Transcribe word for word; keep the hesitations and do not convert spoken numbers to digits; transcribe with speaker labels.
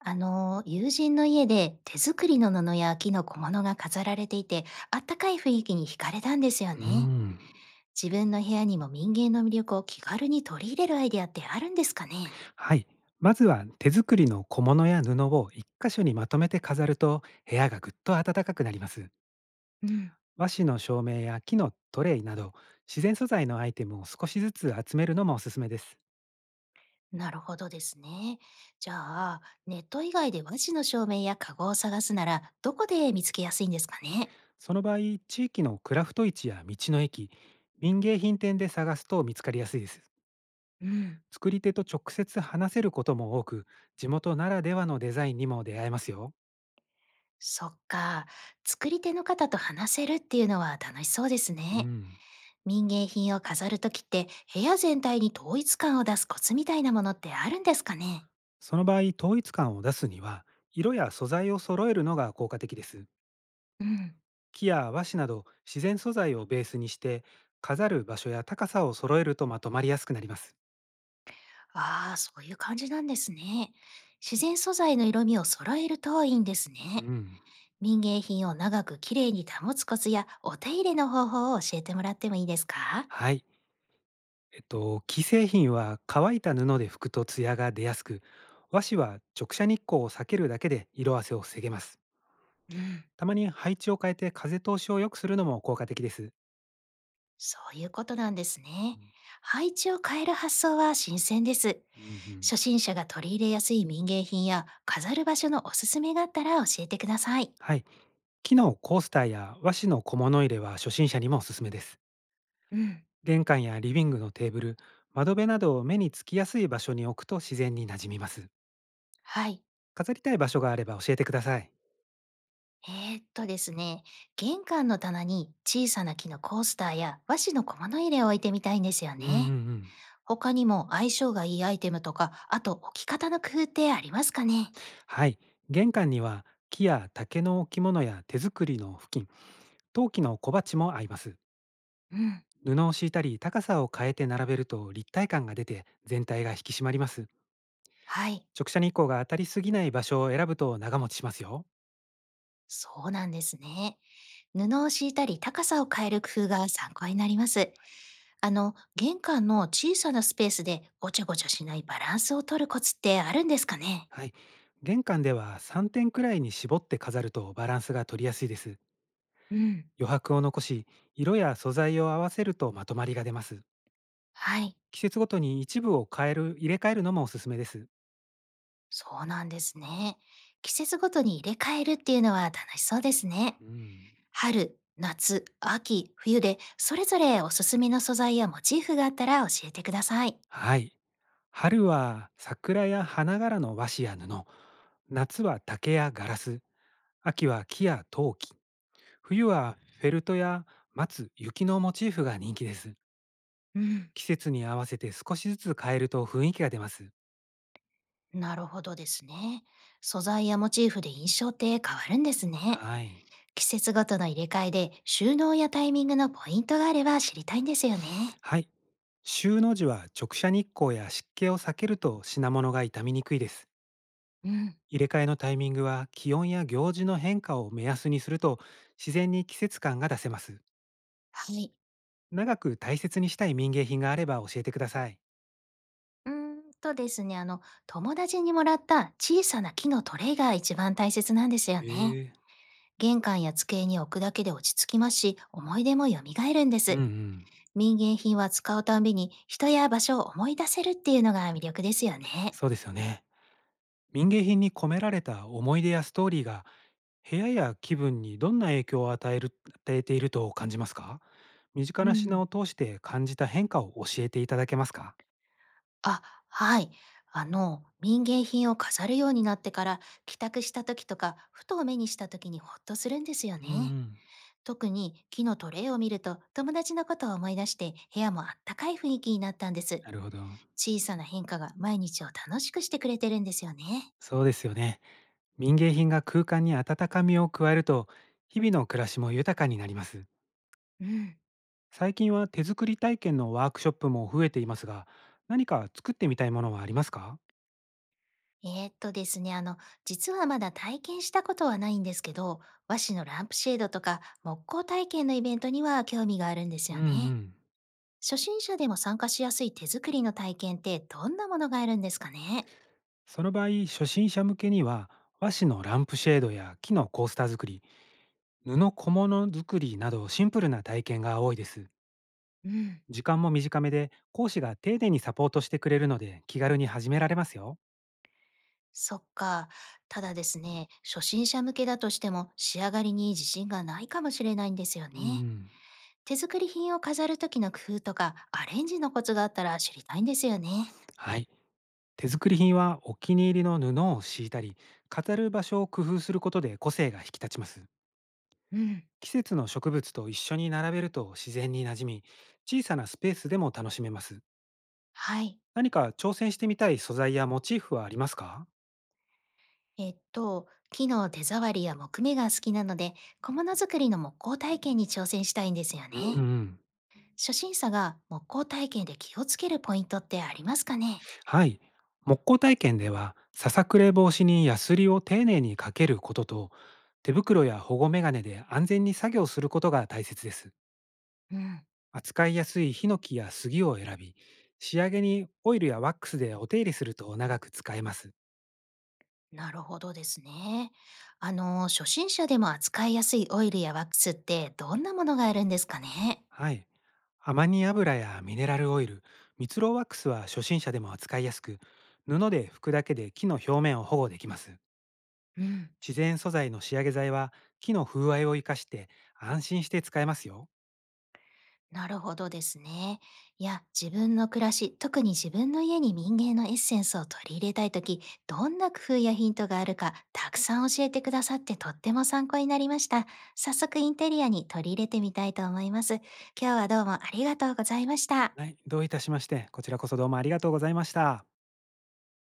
Speaker 1: あの、友人の家で手作りの布や木の小物が飾られていて、あったかい雰囲気に惹かれたんですよ
Speaker 2: うー
Speaker 1: ね。
Speaker 2: ん。
Speaker 1: 自分の部屋にも民芸の魅力を気軽に取り入れるアイデアってあるんですかね？
Speaker 2: はい。まずは手作りの小物や布を一箇所にまとめて飾ると部屋がぐっと暖かくなります。
Speaker 1: うん。
Speaker 2: 和紙の照明や木のトレイなど自然素材のアイテムを少しずつ集めるのもおすすめです。
Speaker 1: なるほどですね。じゃあ、ネット以外で和紙の照明や籠を探すなら、どこで見つけやすいんですかね？
Speaker 2: その場合、地域のクラフト市や道の駅、民芸品店で探すと見つかりやすいです。
Speaker 1: うん。
Speaker 2: 作り手と直接話せることも多く、地元ならではのデザインにも出会えますよ。
Speaker 1: そっか。作り手の方と話せるっていうのは楽しそうです
Speaker 2: う
Speaker 1: ね。
Speaker 2: ん。
Speaker 1: 民芸品を飾るときって部屋全体に統一感を出すコツみたいなものってあるんですかね？
Speaker 2: その場合、統一感を出すには、色や素材を揃えるのが効果的です。
Speaker 1: うん。
Speaker 2: 木や和紙など自然素材をベースにして、飾る場所や高さを揃えるとまとまりやすくなります。
Speaker 1: ああ、そういう感じなんですね。自然素材の色味を揃えるといいんです
Speaker 2: う
Speaker 1: ね。
Speaker 2: ん。
Speaker 1: 民芸品を長くきれいに保つコツやお手入れの方法を教えてもらってもいいですか？
Speaker 2: はい。えっと、木製品は乾いた布で拭くと艶が出やすく、和紙は直射日光を避けるだけで色あせを防げます。
Speaker 1: うん。
Speaker 2: たまに配置を変えて風通しを良くするのも効果的です。
Speaker 1: そういうことなんです
Speaker 2: う
Speaker 1: ね。
Speaker 2: ん
Speaker 1: 配置を変える発想は新鮮です。
Speaker 2: うんうん。
Speaker 1: 初心者が取り入れやすい民芸品や飾る場所のおすすめがあったら教えてください。
Speaker 2: はい。木のコースターや和紙の小物入れは初心者にもおすすめです。
Speaker 1: うん。
Speaker 2: 玄関やリビングのテーブル、窓辺などを目につきやすい場所に置くと自然に馴染みます。
Speaker 1: はい。
Speaker 2: 飾りたい場所があれば教えてください。
Speaker 1: えーっとですね、玄関の棚に小さな木のコースターや和紙の小物入れを置いてみたいんですよ
Speaker 2: うんうんう
Speaker 1: ね。
Speaker 2: ん。
Speaker 1: 他にも相性がいいアイテムとか、あと置き方の工夫ってありますかね？
Speaker 2: はい。玄関には木や竹の置物や手作りの布巾、陶器の小鉢も合います。
Speaker 1: うん。
Speaker 2: 布を敷いたり高さを変えて並べると立体感が出て全体が引き締まります。
Speaker 1: はい。
Speaker 2: 直射日光が当たりすぎない場所を選ぶと長持ちしますよ。
Speaker 1: そうなんですね。布を敷いたり高さを変える工夫が参考になります。あの、玄関の小さなスペースでごちゃごちゃしないバランスを取るコツってあるんですかね？
Speaker 2: はい。玄関ではさんてんくらいに絞って飾るとバランスが取りやすいです。
Speaker 1: うん。
Speaker 2: 余白を残し、色や素材を合わせるとまとまりが出ます。
Speaker 1: はい。
Speaker 2: 季節ごとに一部を変える、入れ替えるのもおすすめです。
Speaker 1: そうなんですね。季節ごとに入れ替えるっていうのは楽しそうですね。
Speaker 2: うん。
Speaker 1: 春、夏、秋、冬でそれぞれおすすめの素材やモチーフがあったら教えてください。
Speaker 2: はい。春は桜や花柄の和紙や布、夏は竹やガラス、秋は木や陶器、冬はフェルトや松、雪のモチーフが人気です。
Speaker 1: うん、
Speaker 2: 季節に合わせて少しずつ変えると雰囲気が出ます。
Speaker 1: なるほどですね。素材やモチーフで印象って変わるんですね。
Speaker 2: はい。
Speaker 1: 季節ごとの入れ替えで収納やタイミングのポイントがあれば知りたいんですよね。
Speaker 2: はい。収納時は直射日光や湿気を避けると品物が傷みにくいです。
Speaker 1: うん、
Speaker 2: 入れ替えのタイミングは気温や行事の変化を目安にすると自然に季節感が出せます。
Speaker 1: はい。
Speaker 2: 長く大切にしたい民芸品があれば教えてください。
Speaker 1: うーんとですね、あの、友達にもらった小さな木のトレイが一番大切なんですよ
Speaker 2: え
Speaker 1: ね。
Speaker 2: え
Speaker 1: 玄関や机に置くだけで落ち着きますし、思い出も蘇るんで
Speaker 2: うんう
Speaker 1: す。
Speaker 2: ん。
Speaker 1: 民芸品は使うたんびに人や場所を思い出せるっていうのが魅力ですよね。
Speaker 2: そうですよね。民芸品に込められた思い出やストーリーが部屋や気分にどんな影響を与える与えていると感じますか？身
Speaker 1: う
Speaker 2: 近な品
Speaker 1: ん、
Speaker 2: を通して感じた変化を教えていただけますか？
Speaker 1: あ、はい。あの、民芸品を飾るようになってから、帰宅した時とか、ふと目にした時にほっとするんですよ
Speaker 2: うんう
Speaker 1: ね。
Speaker 2: ん。
Speaker 1: 特に木のトレイを見ると、友達のことを思い出して、部屋もあったかい雰囲気になったんです。
Speaker 2: なるほど。
Speaker 1: 小さな変化が毎日を楽しくしてくれてるんですよね。
Speaker 2: そうですよね。民芸品が空間に温かみを加えると日々の暮らしも豊かになります。
Speaker 1: うん。
Speaker 2: 最近は手作り体験のワークショップも増えていますが、何か作ってみたいものはありますか？
Speaker 1: えーっとですね、あの、実はまだ体験したことはないんですけど、和紙のランプシェードとか木工体験のイベントには興味があるんです
Speaker 2: うん
Speaker 1: よ
Speaker 2: う
Speaker 1: ね。
Speaker 2: ん。
Speaker 1: 初心者でも参加しやすい手作りの体験ってどんなものがあるんですかね？
Speaker 2: その場合、初心者向けには和紙のランプシェードや木のコースター作り、布小物作りなどシンプルな体験が多いです。
Speaker 1: うん、
Speaker 2: 時間も短めで講師が丁寧にサポートしてくれるので気軽に始められますよ。
Speaker 1: そっか。ただですね、初心者向けだとしても仕上がりに自信がないかもしれないんですよ
Speaker 2: うんう
Speaker 1: ね。
Speaker 2: ん。
Speaker 1: 手作り品を飾る時の工夫とかアレンジのコツがあったら知りたいんですよね。
Speaker 2: はい。手作り品はお気に入りの布を敷いたり、飾る場所を工夫することで個性が引き立ちます。
Speaker 1: うん。
Speaker 2: 季節の植物と一緒に並べると自然になじみ、小さなスペースでも楽しめます。
Speaker 1: はい。
Speaker 2: 何か挑戦してみたい素材やモチーフはありますか？
Speaker 1: えっと、木の手触りや木目が好きなので、小物作りの木工体験に挑戦したいんですよ
Speaker 2: うんうんう
Speaker 1: ね。
Speaker 2: ん。
Speaker 1: 初心者が木工体験で気をつけるポイントってありますかね？
Speaker 2: はい。木工体験ではささくれ防止にヤスリを丁寧にかけることと、手袋や保護メガネで安全に作業することが大切です。
Speaker 1: うん、
Speaker 2: 扱いやすいヒノキや杉を選び、仕上げにオイルやワックスでお手入れすると長く使えます。
Speaker 1: なるほどですね。あの、初心者でも扱いやすいオイルやワックスってどんなものがあるんですかね？
Speaker 2: はい。アマニ油やミネラルオイル、蜜蝋ワックスは初心者でも扱いやすく、布で拭くだけで木の表面を保護できます。
Speaker 1: うん。
Speaker 2: 自然素材の仕上げ剤は木の風合いを生かして安心して使えますよ。
Speaker 1: なるほどですね。いや、自分の暮らし、特に自分の家に民芸のエッセンスを取り入れたいとき、どんな工夫やヒントがあるか、たくさん教えてくださってとっても参考になりました。早速インテリアに取り入れてみたいと思います。今日はどうもありがとうございました。
Speaker 2: はい、どういたしまして、こちらこそどうもありがとうございました。